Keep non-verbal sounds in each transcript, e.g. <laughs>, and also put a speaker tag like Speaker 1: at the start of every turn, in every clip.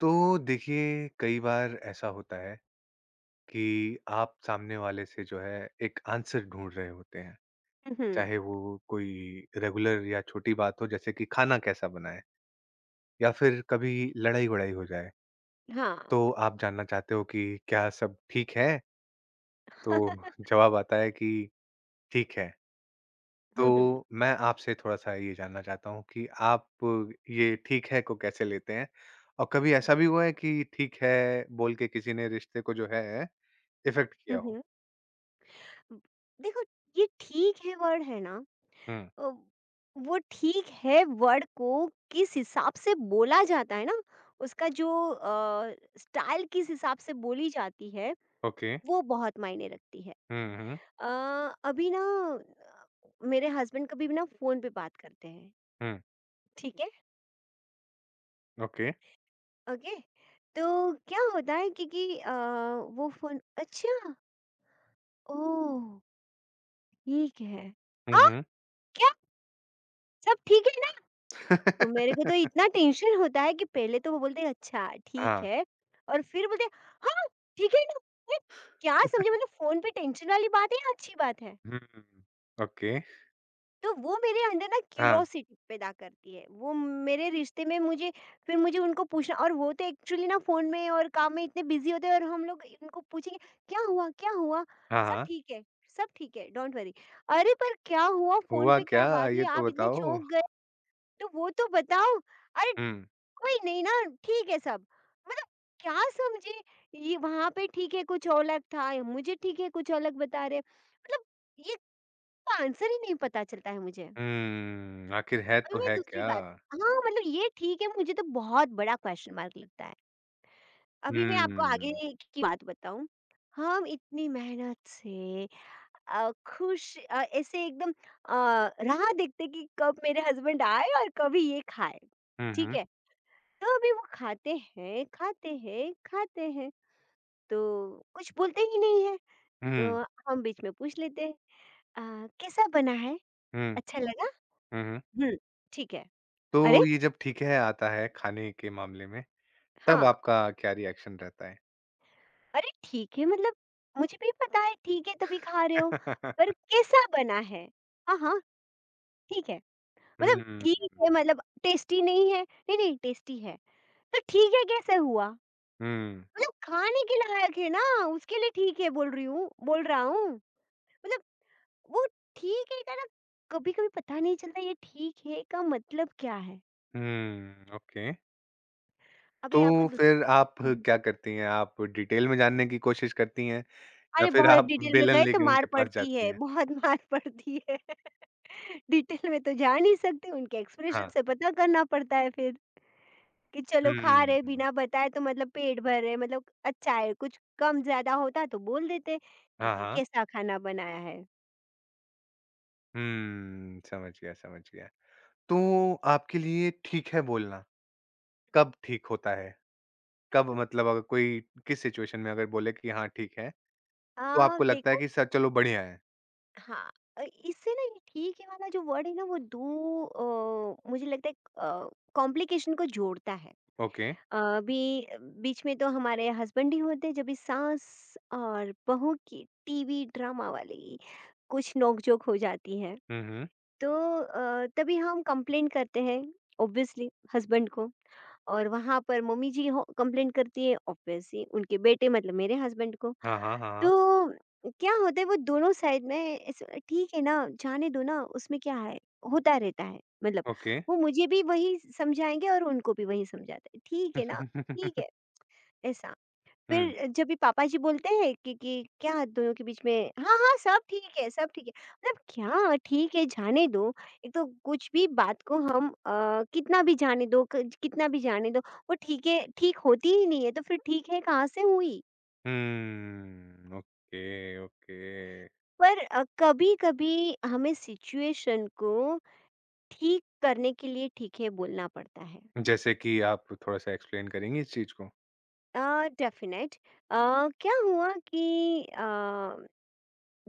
Speaker 1: तो देखिए कई बार ऐसा होता है कि आप सामने वाले से जो है एक आंसर ढूंढ रहे होते हैं
Speaker 2: हुँ,
Speaker 1: चाहे वो कोई रेगुलर या छोटी बात हो जैसे कि खाना कैसा बनाए या फिर कभी लड़ाई वड़ाई हो जाए
Speaker 2: हाँ।
Speaker 1: तो आप जानना चाहते हो कि क्या सब ठीक है तो जवाब आता है कि ठीक है।
Speaker 2: हुँ, हुँ,
Speaker 1: तो मैं आपसे थोड़ा सा ये जानना चाहता हूँ कि आप ये ठीक है को कैसे लेते हैं और कभी ऐसा भी हुआ है कि ठीक है बोल के किसी ने रिश्ते को जो है इफेक्ट किया
Speaker 2: हुँ,
Speaker 1: हो।
Speaker 2: हुँ। ब देखो, ये ठीक है वर्ड है ना।
Speaker 1: हुँ,
Speaker 2: अ, वो ठीक है वर्ड को किस हिसाब से बोला जाता है ना, उसका जो स्टाइल किस हिसाब से बोली जाती है,
Speaker 1: ओके।
Speaker 2: वो बहुत मायने रखती है।
Speaker 1: हुँ, हुँ,
Speaker 2: अ, अभी ना मेरे हस्बैंड कभी भी ना फ़ोन पे बात करते हैं,
Speaker 1: हुँ,
Speaker 2: ठीक है?
Speaker 1: ओके।
Speaker 2: ओके। तो क्या होता है, क्योंकि वो फ़ोन अच्छा, ओह! ठीक है।
Speaker 1: हुँ,
Speaker 2: हाँ,
Speaker 1: हुँ।
Speaker 2: क्या? सब ठीक है ना? तो मेरे को तो
Speaker 1: <laughs>
Speaker 2: इतना टेंशन होता है कि पहले तो वो बोलते हैं अच्छा ठीक
Speaker 1: हाँ,
Speaker 2: है, और फिर बोलते हैं हाँ ठीक है ना। मैं क्या समझे, मतलब फोन पे टेंशन वाली बात है या अच्छी बात है।
Speaker 1: हुँ, ओके।
Speaker 2: तो वो मेरे अंदर ना
Speaker 1: हाँ,
Speaker 2: क्यूरोसिटी पैदा करती है, वो मेरे रिश्ते में मुझे फिर मुझे उनको पूछना। और वो तो एक्चुअली ना फोन में और काम में इतने बिजी होते हैं, और हम लोग उनको पूछेंगे क्या हुआ क्या हुआ।
Speaker 1: हाँ,
Speaker 2: सब
Speaker 1: हाँ। <laughs>
Speaker 2: ठीक है, सब ठीक है, डोंट वरी। अरे पर क्या हुआ, फोन
Speaker 1: हुआ
Speaker 2: पे
Speaker 1: क्या?
Speaker 2: क्या बात
Speaker 1: ये
Speaker 2: हुई,
Speaker 1: तो
Speaker 2: आप इतने
Speaker 1: बताओ?
Speaker 2: चौंक गए। तो वो तो बताओ। अरे,
Speaker 1: हुँ,
Speaker 2: कोई नहीं ना, ठीक है सब। मतलब क्या समझे, ये वहाँ पे ठीक है कुछ अलग था, ये मुझे ठीक है कुछ अलग बता रहे हैं। मतलब ये का आंसर ही नहीं पता चलता है मुझे।
Speaker 1: हुँ, आखिर है
Speaker 2: अभी
Speaker 1: तो
Speaker 2: मैं
Speaker 1: है
Speaker 2: दूसरी
Speaker 1: क्या?
Speaker 2: बात, हाँ, मतलब ये ठीक है मुझे तो बहुत बड़ा क्वेश्चन मार्क लगता है। अभी मैं आपको
Speaker 1: हुँ,
Speaker 2: आगे की बात बताऊँ। हम इतनी मेहनत से खुश ऐसे एकदम अ, राह देखते कि कब मेरे हस्बैंड आए और कब ही ये खाएँ,
Speaker 1: हुँ, हुँ,
Speaker 2: ठीक
Speaker 1: हुँ,
Speaker 2: है? तो अभी वो खाते हैं, खाते हैं, खाते हैं, तो कुछ बोलते ही नहीं है।
Speaker 1: हुँ,
Speaker 2: तो हम बीच में पूछ लेते हैं अ, "कैसा बना है?
Speaker 1: हुँ,
Speaker 2: अच्छा लगा?
Speaker 1: हुँ।
Speaker 2: हुँ, ठीक है।"
Speaker 1: तो
Speaker 2: अरे!
Speaker 1: ये जब ठीक है आता है खाने के मामले में, तब
Speaker 2: हाँ,
Speaker 1: आपका क्या रिएक्शन रहता है?
Speaker 2: अरे ठीक है, मतलब मुझे भी पता है ठीक है तभी खा रहे हो, पर
Speaker 1: <laughs>
Speaker 2: कैसा बना है? हाँ, हाँ, ठीक है। मतलब
Speaker 1: हुँ,
Speaker 2: ठीक है मतलब टेस्टी नहीं है? नहीं, नहीं टेस्टी है। तो ठीक है कैसे हुआ?
Speaker 1: हुँ,
Speaker 2: मतलब खाने के लायक है ना, उसके लिए ठीक है बोल रही हूँ बोल रहा हूँ। मतलब वो ठीक है का ना कभी-कभी पता नहीं चलता ये ठीक है का मतलब क्या है?
Speaker 1: हुँ, ओके।
Speaker 2: अभी
Speaker 1: तो
Speaker 2: आपको दूस
Speaker 1: फिर आप
Speaker 2: हुँ।
Speaker 1: क्या करती हैं? आप डिटेल में जानने की कोशिश करती हैं? या
Speaker 2: अरे!
Speaker 1: फिर
Speaker 2: बहुत
Speaker 1: आप
Speaker 2: डिटेल में
Speaker 1: बेलन
Speaker 2: गए तो
Speaker 1: लेके उनके
Speaker 2: मार
Speaker 1: पास
Speaker 2: पड़ती
Speaker 1: जाती
Speaker 2: है,
Speaker 1: हैं।
Speaker 2: बहुत <laughs> मार पड़ती है। <laughs> डिटेल में तो जा नहीं सकते, उनके एक्सप्रेशन
Speaker 1: हाँ।
Speaker 2: से पता करना पड़ता है फिर कि चलो खा
Speaker 1: हुँ।
Speaker 2: रहे बिना बताए तो मतलब पेट भर रहे मतलब अच्छा है, कुछ कम-ज़्यादा होता तो बोल देते कि
Speaker 1: हाँ,
Speaker 2: कि
Speaker 1: हाँ।
Speaker 2: कैसा खाना बनाया है।
Speaker 1: हुँ, समझ गया, समझ गया। तो आपके लिए ठीक है बोलना, कब ठीक होता है? कब मतलब अगर कोई किस सिचुएशन में अगर बोले कि हाँ, ठीक है, तो
Speaker 2: हाँ,
Speaker 1: आपको लगता है
Speaker 2: देखो।
Speaker 1: कि सर चलो बढ़िया है?
Speaker 2: हाँ, इससे ना ये ठीक है वाला जो वर्ड है ना वो दो, मुझे लगता है कॉम्प्लिकेशन को जोड़ता है।
Speaker 1: ओके।
Speaker 2: अभी बीच में तो हमारे हस्बैंड ही होते हैं जब भी सास और बहू की टीवी ड्रामा वाली कुछ नोकझोंक हो जाती है।
Speaker 1: हुँ, हुँ।
Speaker 2: तो तभी हम कंप्लेन करते हैं ऑब्वियसली हस्बैंड को, और वहाँ पर मम्मी जी कंप्लेन करती है ऑब्वियसली उनके बेटे मतलब मेरे हस्बैंड को।
Speaker 1: हाँ, हाँ, हाँ, हाँ।
Speaker 2: तो क्या होता है वो दोनों साइड में इस ठीक है ना, जाने दो ना उसमें क्या है, होता रहता है, मतलब
Speaker 1: ओके।
Speaker 2: वो मुझे भी वही समझाएंगे और उनको भी वही समझाते हैं ठीक है ना। ठीक
Speaker 1: <laughs>
Speaker 2: है, ऐसा।
Speaker 1: हुँ।
Speaker 2: फिर जब भी पापा जी बोलते हैं कि क्या दोनों के बीच में, हाँ हाँ सब ठीक है सब ठीक है, मतलब क्या ठीक है जाने दो। एक तो कुछ भी बात को हम कितना भी जाने दो, कितना भी जाने दो, वो ठीक है ठीक होती ही नहीं है तो फिर ठीक है कहाँ से हुई।
Speaker 1: हुँ, ओके, ओके।
Speaker 2: पर कभी-कभी हमें सिचुएशन को ठीक करने के लिए ठीक है बोलना पड़ता है।
Speaker 1: जैसे कि आप थोड़ा-सा एक्सप्लेन करेंगी इस चीज़ को?
Speaker 2: अ, डेफ़िनेट क्या हुआ कि अ,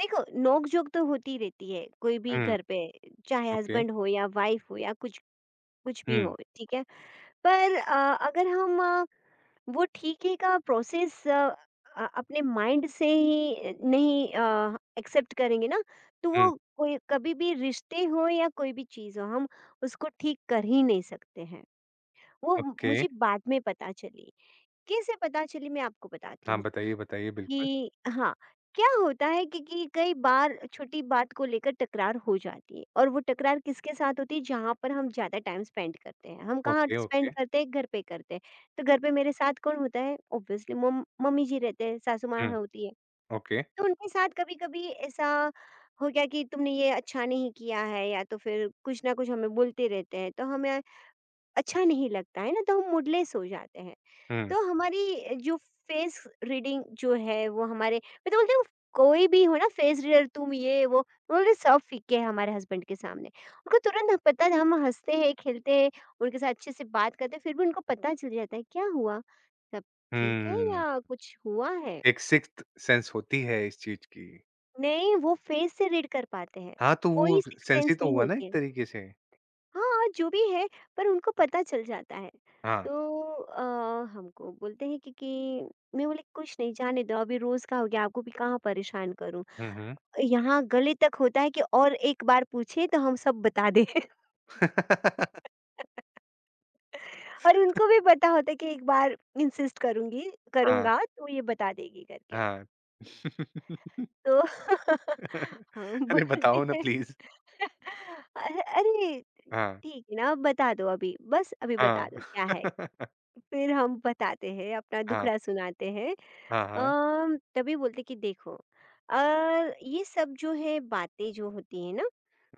Speaker 2: देखो नोक-झोंक तो होती रहती है, कोई भी
Speaker 1: हुँ,
Speaker 2: घर पे, चाहे
Speaker 1: ओके।
Speaker 2: हस्बैंड हो या वाइफ़ हो या कुछ कुछ भी
Speaker 1: हुँ,
Speaker 2: हो, ठीक है? पर अगर हम वो ठीके का प्रोसेस अपने माइंड से ही नहीं एक्सेप्ट करेंगे ना, तो
Speaker 1: हुँ,
Speaker 2: वो कोई कभी भी रिश्ते हों या कोई भी चीज़ हो, हम उसको ठीक कर ही नहीं सकते हैं। वो
Speaker 1: ओके।
Speaker 2: मुझे बाद में पता चली, कैसे पता चली मैं आपको बताती
Speaker 1: हाँ,
Speaker 2: हूँ।
Speaker 1: बताइए, बताइए, बिल्कुल।
Speaker 2: कि हाँ, क्या होता है कि कई बार छोटी बात को लेकर तकरार हो जाती है, और वो तकरार किसके साथ होती है जहाँ पर हम ज़्यादा टाइम स्पेंड करते हैं। हम कहाँ
Speaker 1: ओके, ओके।
Speaker 2: स्पेंड करते हैं? घर पे करते हैं। तो घर पे मेरे साथ कौन होता है? ऑब्वियसली मम मम्मी जी रहते हैं, सासू माँ
Speaker 1: हुँ,
Speaker 2: होती है।
Speaker 1: ओके।
Speaker 2: तो उनके साथ कभी-कभी ऐसा हो गया कि तुमने ये अच्छा नहीं किया है, या तो फिर कुछ ना कुछ हमें बोलते रहते हैं। तो हमें अच्छा नहीं लगता है ना, तो हम मूडलेस हो जाते हैं।
Speaker 1: हुँ,
Speaker 2: तो हमारी जो फेस रीडिंग जो है, वो हमारे, मैं तो बोलती हूँ कोई भी हो ना फेस रीडर, तुम ये वो उन्होंने सब फीके है हमारे हस्बैंड के सामने। उनको तुरंत पता है। हम हँसते हैं, खेलते हैं, उनके साथ अच्छे से बात करते हैं, फिर भी उनको पता चल जाता है क्या हुआ? सब ठीक है
Speaker 1: हुँ।
Speaker 2: या कुछ हुआ है?
Speaker 1: एक सिक्स्थ सेंस होती है इस चीज़ की।
Speaker 2: नहीं, वो फेस से रीड कर पाते हैं।
Speaker 1: हाँ, तो वो
Speaker 2: कोई सिक्स्थ
Speaker 1: सेंस ही
Speaker 2: सेंस
Speaker 1: तो
Speaker 2: नहीं
Speaker 1: हुआ ना
Speaker 2: होती
Speaker 1: एक
Speaker 2: है।
Speaker 1: तरीके से।
Speaker 2: हाँ, जो भी है पर उनको पता चल जाता है।
Speaker 1: हाँ।
Speaker 2: तो हमको बोलते हैं कि मैं बोली कुछ नहीं, जाने दो, अभी रोज़ का हो गया, आपको भी कहाँ परेशान करूँ।
Speaker 1: हुँ, हुँ।
Speaker 2: यहाँ गले तक होता है कि और एक बार पूछे तो हम सब बता दें। <laughs>
Speaker 1: <laughs>
Speaker 2: और उनको भी पता होता है कि एक बार इंसिस्ट करूँगी
Speaker 1: हाँ,
Speaker 2: करूँगा तो ये बता देगी करके।
Speaker 1: हाँ। <laughs>
Speaker 2: तो <laughs> हम
Speaker 1: अरे,
Speaker 2: बोलते
Speaker 1: बताओ ना
Speaker 2: हैं।
Speaker 1: प्लीज़।
Speaker 2: <laughs> अ, अरे
Speaker 1: हाँ,
Speaker 2: ठीक है ना, बता दो अभी, बस अभी
Speaker 1: हाँ।
Speaker 2: बता दो क्या है।
Speaker 1: <laughs>
Speaker 2: फिर हम बताते हैं, अपना
Speaker 1: हाँ,
Speaker 2: दुखड़ा सुनाते हैं।
Speaker 1: हाँ, हाँ।
Speaker 2: तभी बोलते कि देखो, अ, ये सब जो है बातें जो होती है ना,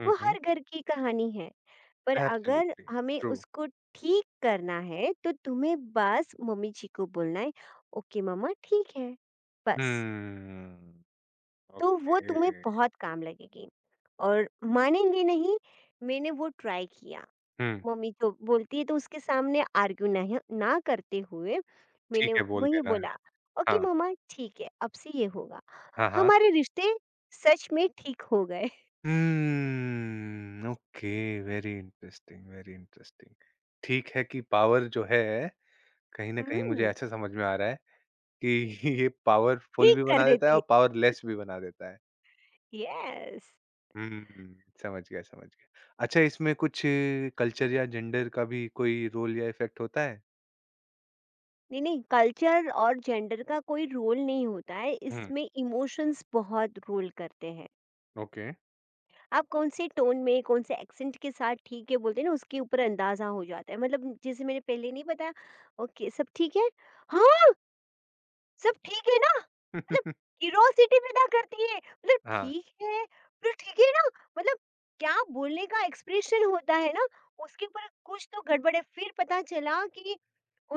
Speaker 1: हुँ,
Speaker 2: वो
Speaker 1: हुँ।
Speaker 2: हर घर की कहानी है। पर अगर
Speaker 1: एब्सोल्युटली
Speaker 2: हमें
Speaker 1: ट्रू।
Speaker 2: उसको ठीक करना है, तो तुम्हें बस मम्मी जी को बोलना है, "ओके मम्मा ठीक है।" बस,
Speaker 1: हम्म,
Speaker 2: तो वो तुम्हें
Speaker 1: ओके।
Speaker 2: बहुत काम लगेगी और मानेंगे नहीं, मैंने वो ट्राई किया।
Speaker 1: हुँ,
Speaker 2: मम्मी जो बोलती है तो उसके सामने आर्ग्यू नहीं ना करते हुए
Speaker 1: ठीक
Speaker 2: मैंने
Speaker 1: है, बोल
Speaker 2: वही
Speaker 1: देना है।
Speaker 2: बोला, "ओके
Speaker 1: हाँ,
Speaker 2: मम्मा ठीक है, अब से ये होगा।"
Speaker 1: हाँ, हाँ।
Speaker 2: हमारे रिश्ते सच में ठीक हो गए।
Speaker 1: Okay. Very interesting very interesting. ठीक है कि पावर जो है कहीं ना कहीं मुझे
Speaker 2: हुँ,
Speaker 1: ऐसा समझ में आ रहा है कि <laughs> ये पावरफुल
Speaker 2: ठीक
Speaker 1: भी
Speaker 2: कर
Speaker 1: बना देता है
Speaker 2: देती है।
Speaker 1: और पावरलेस भी बना देता है।
Speaker 2: यस।
Speaker 1: हम्म, समझ गया समझ गया। अच्छा इसमें कुछ कल्चर या जेंडर का भी कोई रोल या इफेक्ट होता है?
Speaker 2: नहीं, नहीं कल्चर और जेंडर का कोई रोल नहीं होता है,
Speaker 1: हम्म,
Speaker 2: इसमें इमोशंस बहुत रोल करते हैं।
Speaker 1: ओके।
Speaker 2: आप कौन से टोन में, कौन से एक्सेंट के साथ ठीक है बोलते हैं ना, उसके ऊपर अंदाज़ा हो जाता है। मतलब जैसे मैंने पहले नहीं बताया, "ओके, सब ठीक है?" "हाँ!" सब ठीक है ना? मतलब
Speaker 1: <laughs>
Speaker 2: क्यूरियोसिटी पैदा करती है, मतलब
Speaker 1: हाँ।
Speaker 2: ठीक है, फिर ठीक है ना? मतलब क्या बोलने का एक्सप्रेशन होता है ना, उसके ऊपर कुछ तो गड़बड़ है। फिर पता चला कि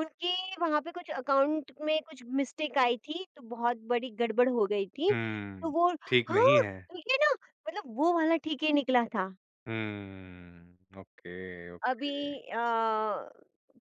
Speaker 2: उनके वहाँ पे कुछ अकाउंट में कुछ मिस्टेक आई थी, तो बहुत बड़ी गड़बड़ हो गई थी। तो
Speaker 1: हम्म,
Speaker 2: वो
Speaker 1: ठीक नहीं
Speaker 2: हाँ,
Speaker 1: है।
Speaker 2: ठीक है ना? मतलब वो वाला ठीक है निकला था।
Speaker 1: हम्म, ओके, ओके।
Speaker 2: अभी अ,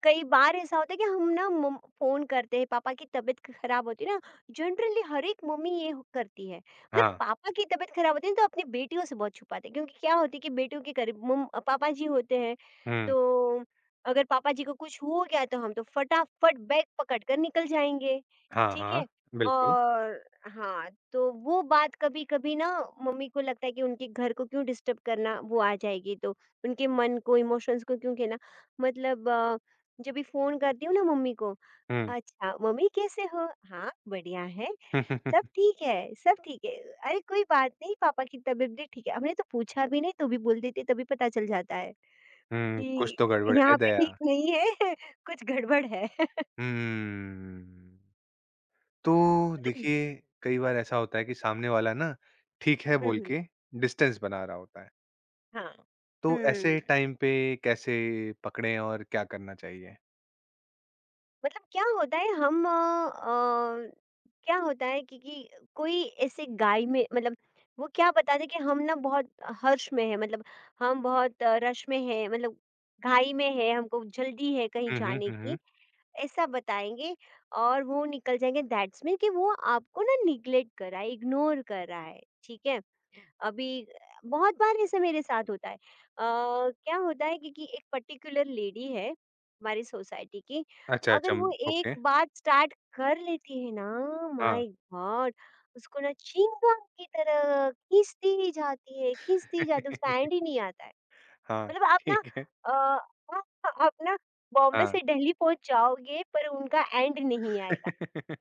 Speaker 2: कई बार ऐसा होता है कि हम ना मम फ़ोन करते हैं, पापा की तबीयत खराब होती है ना, जनरली हर एक मम्मी ये हो करती है। मतलब
Speaker 1: हाँ।
Speaker 2: पापा की तबीयत खराब होती है ना तो अपनी बेटियों से बहुत छुपाते हैं, क्योंकि क्या होती है कि बेटियों के करीब मम पापा जी होते हैं,
Speaker 1: हम्म,
Speaker 2: तो अगर पापा जी को कुछ हो गया तो हम तो फटाफट बैग पकड़ कर निकल जाएँगे,
Speaker 1: हाँ,
Speaker 2: ठीक
Speaker 1: हाँ,
Speaker 2: है?
Speaker 1: बिल्कुल।
Speaker 2: और हाँ, तो वो बात कभी-कभी ना मम्मी को लगता है कि उनके घर को क्यों डिस्टर्ब करना, वो आ जाएगी तो उनके मन को, इमोशंस को क्यों कहना। मतलब जब भी फ़ोन करती हूँ ना मम्मी को,
Speaker 1: हम्म।
Speaker 2: "अच्छा, मम्मी कैसे हो? हाँ, बढ़िया है, सब
Speaker 1: <laughs>
Speaker 2: ठीक है, सब ठीक है। अरे, कोई बात नहीं, पापा की तबीयत भी ठीक है।" हमने तो पूछा भी नहीं तो भी बोल देते, तभी पता चल जाता है
Speaker 1: हुँ, कुछ
Speaker 2: कि
Speaker 1: तो गड़बड़ है
Speaker 2: यहाँ पे ठीक
Speaker 1: दया।
Speaker 2: नहीं है, <laughs> कुछ गड़बड़ है। <laughs>
Speaker 1: हम्म, तो
Speaker 2: मतलब
Speaker 1: देखिए, कई बार ऐसा होता है कि सामने वाला ना ठीक है
Speaker 2: हुँ,
Speaker 1: बोल
Speaker 2: हुँ।
Speaker 1: के डिस्टेंस बना रहा होता है।
Speaker 2: हाँ।
Speaker 1: तो
Speaker 2: हुँ।
Speaker 1: ऐसे टाइम पे कैसे पकड़ें और क्या करना चाहिए?
Speaker 2: मतलब क्या होता है हम क्या होता है कि कोई ऐसे गाय में, मतलब वो क्या बताते कि हम ना बहुत हर्ष में है, मतलब हम बहुत रश में है, मतलब घाई में है, हमको जल्दी है कहीं
Speaker 1: हुँ, हुँ,
Speaker 2: जाने
Speaker 1: हुँ, हुँ।
Speaker 2: की, ऐसा बताएंगे और वो निकल जाएंगे। दैट्स मीन कि वो आपको ना निग्लेक्ट कर रहा है, इग्नोर कर रहा है, ठीक है। अभी बहुत बार ऐसा मेरे साथ होता है। क्या होता है कि एक पर्टिकुलर लेडी है, हमारी सोसाइटी की,
Speaker 1: अच्छा, अच्छा,
Speaker 2: अगर वो एक
Speaker 1: ओके।
Speaker 2: बात स्टार्ट कर लेती है ना,
Speaker 1: हाँ,
Speaker 2: माय गॉड! उसको ना चिंगम की तरह खींचती ही जाती है, खींचती ही जाती है, उसका
Speaker 1: <laughs>
Speaker 2: एंड ही नहीं आता है।
Speaker 1: हाँ,
Speaker 2: मतलब आप ना
Speaker 1: ठीक है,
Speaker 2: अ, आप आप ना बॉम्बे
Speaker 1: हाँ।
Speaker 2: से दिल्ली पहुँच जाओगे पर उनका एंड नहीं आएगा।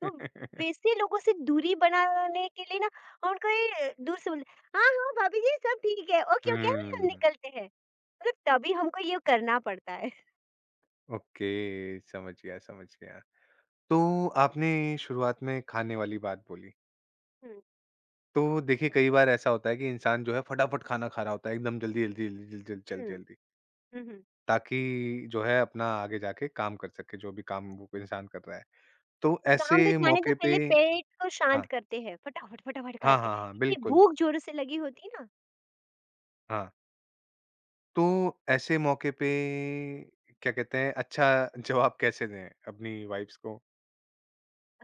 Speaker 2: तो वैसे लोगों से दूरी बनाने के लिए ना हम उनको ये दूर से बोले, "हाँ, हाँ, भाभी जी सब ठीक है, ओके, ओके, हाँ, हम
Speaker 1: हुँ,
Speaker 2: निकलते हैं।" मतलब तभी हमको ये करना पड़ता है।
Speaker 1: ओके, समझ गया, समझ गया। तो आपने शुरुआत में खाने वाली बात बोली।
Speaker 2: हुँ,
Speaker 1: तो देखिए, कई बार ऐसा होता है कि इंसान जो है फटाफट खाना खा रहा होता है एकदम जल्दी-जल्दी, जल्दी-जल्दी,
Speaker 2: हुँ,
Speaker 1: जल्दी-जल्दी
Speaker 2: हुँ, हुँ।
Speaker 1: ताकि जो है अपना आगे जाके काम कर सके, जो भी काम वो इंसान कर रहा है। तो
Speaker 2: काम तो
Speaker 1: ऐसे
Speaker 2: जाने दो,
Speaker 1: मौके पे
Speaker 2: पहले पेट को शांत
Speaker 1: हाँ,
Speaker 2: करते हैं, फटाफट, फटाफट खा
Speaker 1: हाँ,
Speaker 2: के।
Speaker 1: हाँ, हाँ,
Speaker 2: इतनी
Speaker 1: बिल्कुल,
Speaker 2: भूख जोरों से लगी होती है ना।
Speaker 1: हाँ। तो ऐसे मौके पे क्या कहते हैं अच्छा <laughs> जवाब कैसे दें अपनी वाइफ़्स को?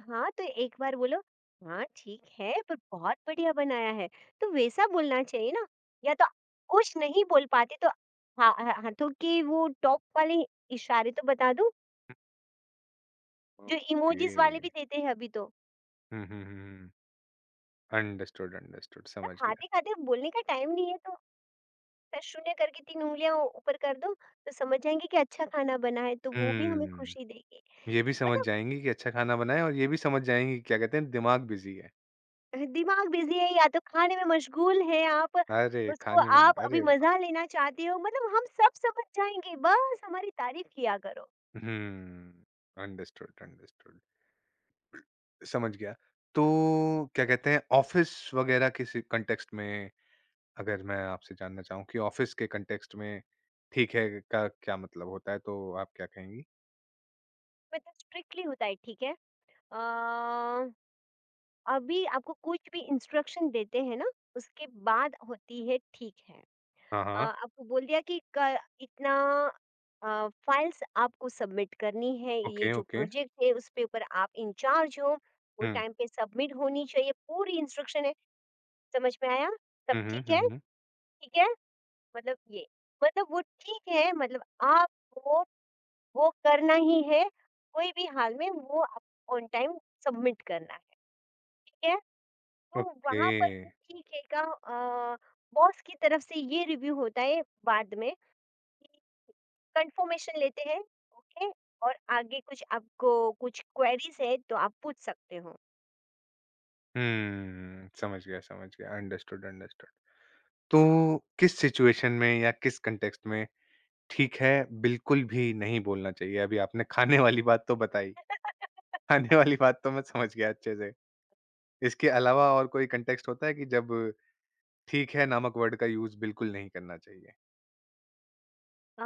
Speaker 2: हाँ, तो एक बार बोलो, "हाँ, ठीक है, पर बहुत बढ़िया बनाया है।" तो वैसा बोलना चाहिए ना, या तो कुछ नहीं बोल पाते तो हा ह हाथों के वो टॉप वाले इशारे तो बता दूँ, जो
Speaker 1: ओके।
Speaker 2: इमोजीज़ वाले भी देते हैं अभी तो।
Speaker 1: हुँ, हुँ, हुँ, हुँ। अंडरस्टूड, अंडरस्टूड
Speaker 2: तब
Speaker 1: समझ गया।
Speaker 2: खाते-खाते बोलने का टाइम नहीं है तो ऐसे शून्य करके 3 उँगलियाँ ऊपर कर दो, तो समझ जाएँगे कि अच्छा खाना बना है, तो वो भी हमें
Speaker 1: हुँ,
Speaker 2: खुशी देगी।
Speaker 1: ये भी समझ
Speaker 2: पर
Speaker 1: जाएँगी कि अच्छा खाना बनाएँ और ये भी समझ जाएँगी क्या कहते हैं दिमाग बिज़ी है।
Speaker 2: दिमाग बिज़ी है या तो खाने में मशगूल हैं आप,
Speaker 1: अरे!
Speaker 2: उसको
Speaker 1: खाने में
Speaker 2: आप अभी
Speaker 1: अरे वाह!
Speaker 2: मज़ा लेना चाहते हो, मतलब हम सब समझ जाएँगे, बस हमारी तारीफ़ किया करो।
Speaker 1: हुँ, अंडरस्टूड, अंडरस्टूड, समझ गया। तो क्या कहते हैं ऑफ़िस वगैरह किसी कॉन्टेक्स्ट में, अगर मैं आपसे जानना चाहूँ कि ऑफ़िस के कॉन्टेक्स्ट में ठीक है का क्या मतलब होता है, तो आप क्या कहेंगी?
Speaker 2: मतलब स्ट्रिक्टली होता है, ठीक है। अ, अभी आपको कुछ भी इंस्ट्रक्शन देते हैं ना, उसके बाद होती है ठीक है।
Speaker 1: हाँ, हाँ,
Speaker 2: आपको बोल दिया कि क इतना फाइल्स आपको सबमिट करनी है, ये
Speaker 1: ओके,
Speaker 2: जो
Speaker 1: ओके।
Speaker 2: प्रोजेक्ट है उसके ऊपर आप इंचार्ज हो, वो
Speaker 1: हुँ,
Speaker 2: टाइम पे सबमिट होनी चाहिए, पूरी इंस्ट्रक्शन है, समझ में आया? सब
Speaker 1: हुँ, हुँ,
Speaker 2: ठीक
Speaker 1: हुँ,
Speaker 2: है?
Speaker 1: हुँ,
Speaker 2: ठीक है? मतलब ये, मतलब वो ठीक है मतलब आपको वो करना ही है, कोई भी हाल में वो आपको ऑन टाइम सबमिट करना है, ठीक है? तो
Speaker 1: ओके।
Speaker 2: वहाँ पर भी ठीक है का बॉस की तरफ से ये रिव्यू होता है बाद में, कि कन्फर्मेशन लेते हैं, ओके? और आगे कुछ आपको कुछ क्वेरीज़ है तो आप पूछ सकते हो।
Speaker 1: हुँ, समझ गया, अंडरस्टूड, अंडरस्टूड। तो किस सिचुएशन में या किस कॉन्टेक्स्ट में ठीक है, बिल्कुल भी नहीं बोलना चाहिए? अभी आपने खाने वाली बात तो बताई। खाने वाली बात तो मैं समझ गया अच्छे से। इसके अलावा और कोई कॉन्टेक्स्ट होता है कि जब "ठीक है" नामक वर्ड का यूज़ बिल्कुल नहीं करना चाहिए?
Speaker 2: अ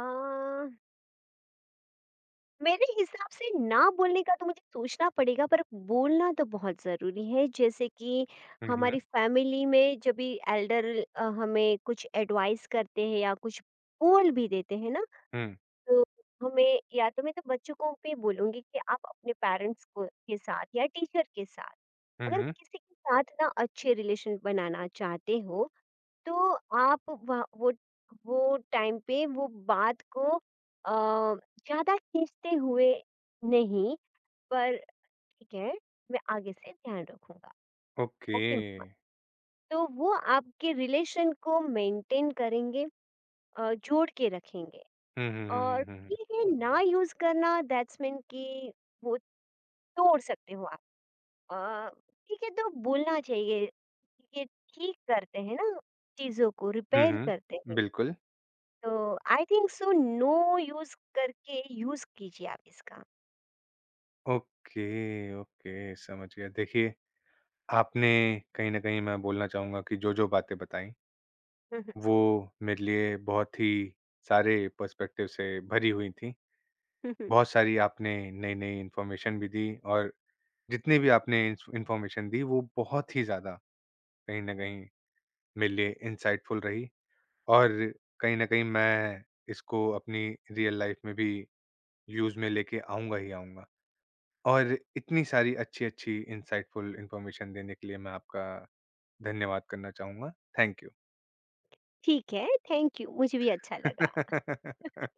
Speaker 2: मेरे हिसाब से ना बोलने का तो मुझे सोचना पड़ेगा, पर बोलना तो बहुत ज़रूरी है। जैसे कि
Speaker 1: हुँ, हुँ।
Speaker 2: हमारी फैमिली में जब भी एल्डर हमें कुछ एडवाइस करते हैं या कुछ बोल भी देते हैं ना,
Speaker 1: हुँ।
Speaker 2: तो हमें या तो मैं तो बच्चों को भी बोलूंगी कि आप अपने पेरेंट्स को के साथ या टीचर के साथ,
Speaker 1: हुँ,
Speaker 2: अगर
Speaker 1: हुँ।
Speaker 2: किसी के साथ ना अच्छे रिलेशन बनाना चाहते हो, तो आप वहाँ वो टाइम पे वो बात को अ, ज़्यादा खींचते हुए नहीं, पर ठीक है, मैं आगे से ध्यान रखूँगा।
Speaker 1: ओके।
Speaker 2: ओके मम्मा। तो वो आपके रिलेशन को मेंटेन करेंगे, जोड़ के रखेंगे।
Speaker 1: हुँ, हुँ, हुँ,
Speaker 2: और
Speaker 1: हुँ, हुँ, हुँ।
Speaker 2: ठीक है, ना यूज़ करना, दैट्स मीन कि वो तोड़ सकते हो आप। अ, ठीक है, तो बोलना चाहिए, ये ठीक करते हैं ना, चीज़ों को
Speaker 1: हुँ,
Speaker 2: रिपेयर करते
Speaker 1: हुँ।
Speaker 2: हैं।
Speaker 1: बिल्कुल।
Speaker 2: तो I think so, no use करके यूज कीजिए आप इसका।
Speaker 1: ओके, ओके, समझ गया। देखिए, आपने कहीं न कहीं मैं बोलना चाहूँगा कि जो-जो बातें बताई,
Speaker 2: <laughs> हम्म,
Speaker 1: वो मेरे लिए बहुत ही सारे पर्सपेक्टिव से भरी हुई थीं।
Speaker 2: हम्म,
Speaker 1: बहुत सारी आपने नई-नई इन्फॉर्मेशन भी दी और जितनी भी आपने इंफॉर्मेशन दी वो बहुत ही ज़्यादा कहीं ना कहीं मेरे लिए इंसाइटफुल रही और कहीं ना कहीं मैं इसको अपनी रियल लाइफ में भी यूज़ में लेके आऊँगा ही आऊँगा। और इतनी सारी अच्छी अच्छी इंसाइटफुल इंफॉर्मेशन देने के लिए मैं आपका धन्यवाद करना चाहूँगा। Thank you.
Speaker 2: ठीक है, थैंक यू, मुझे भी अच्छा लगा।
Speaker 1: <laughs>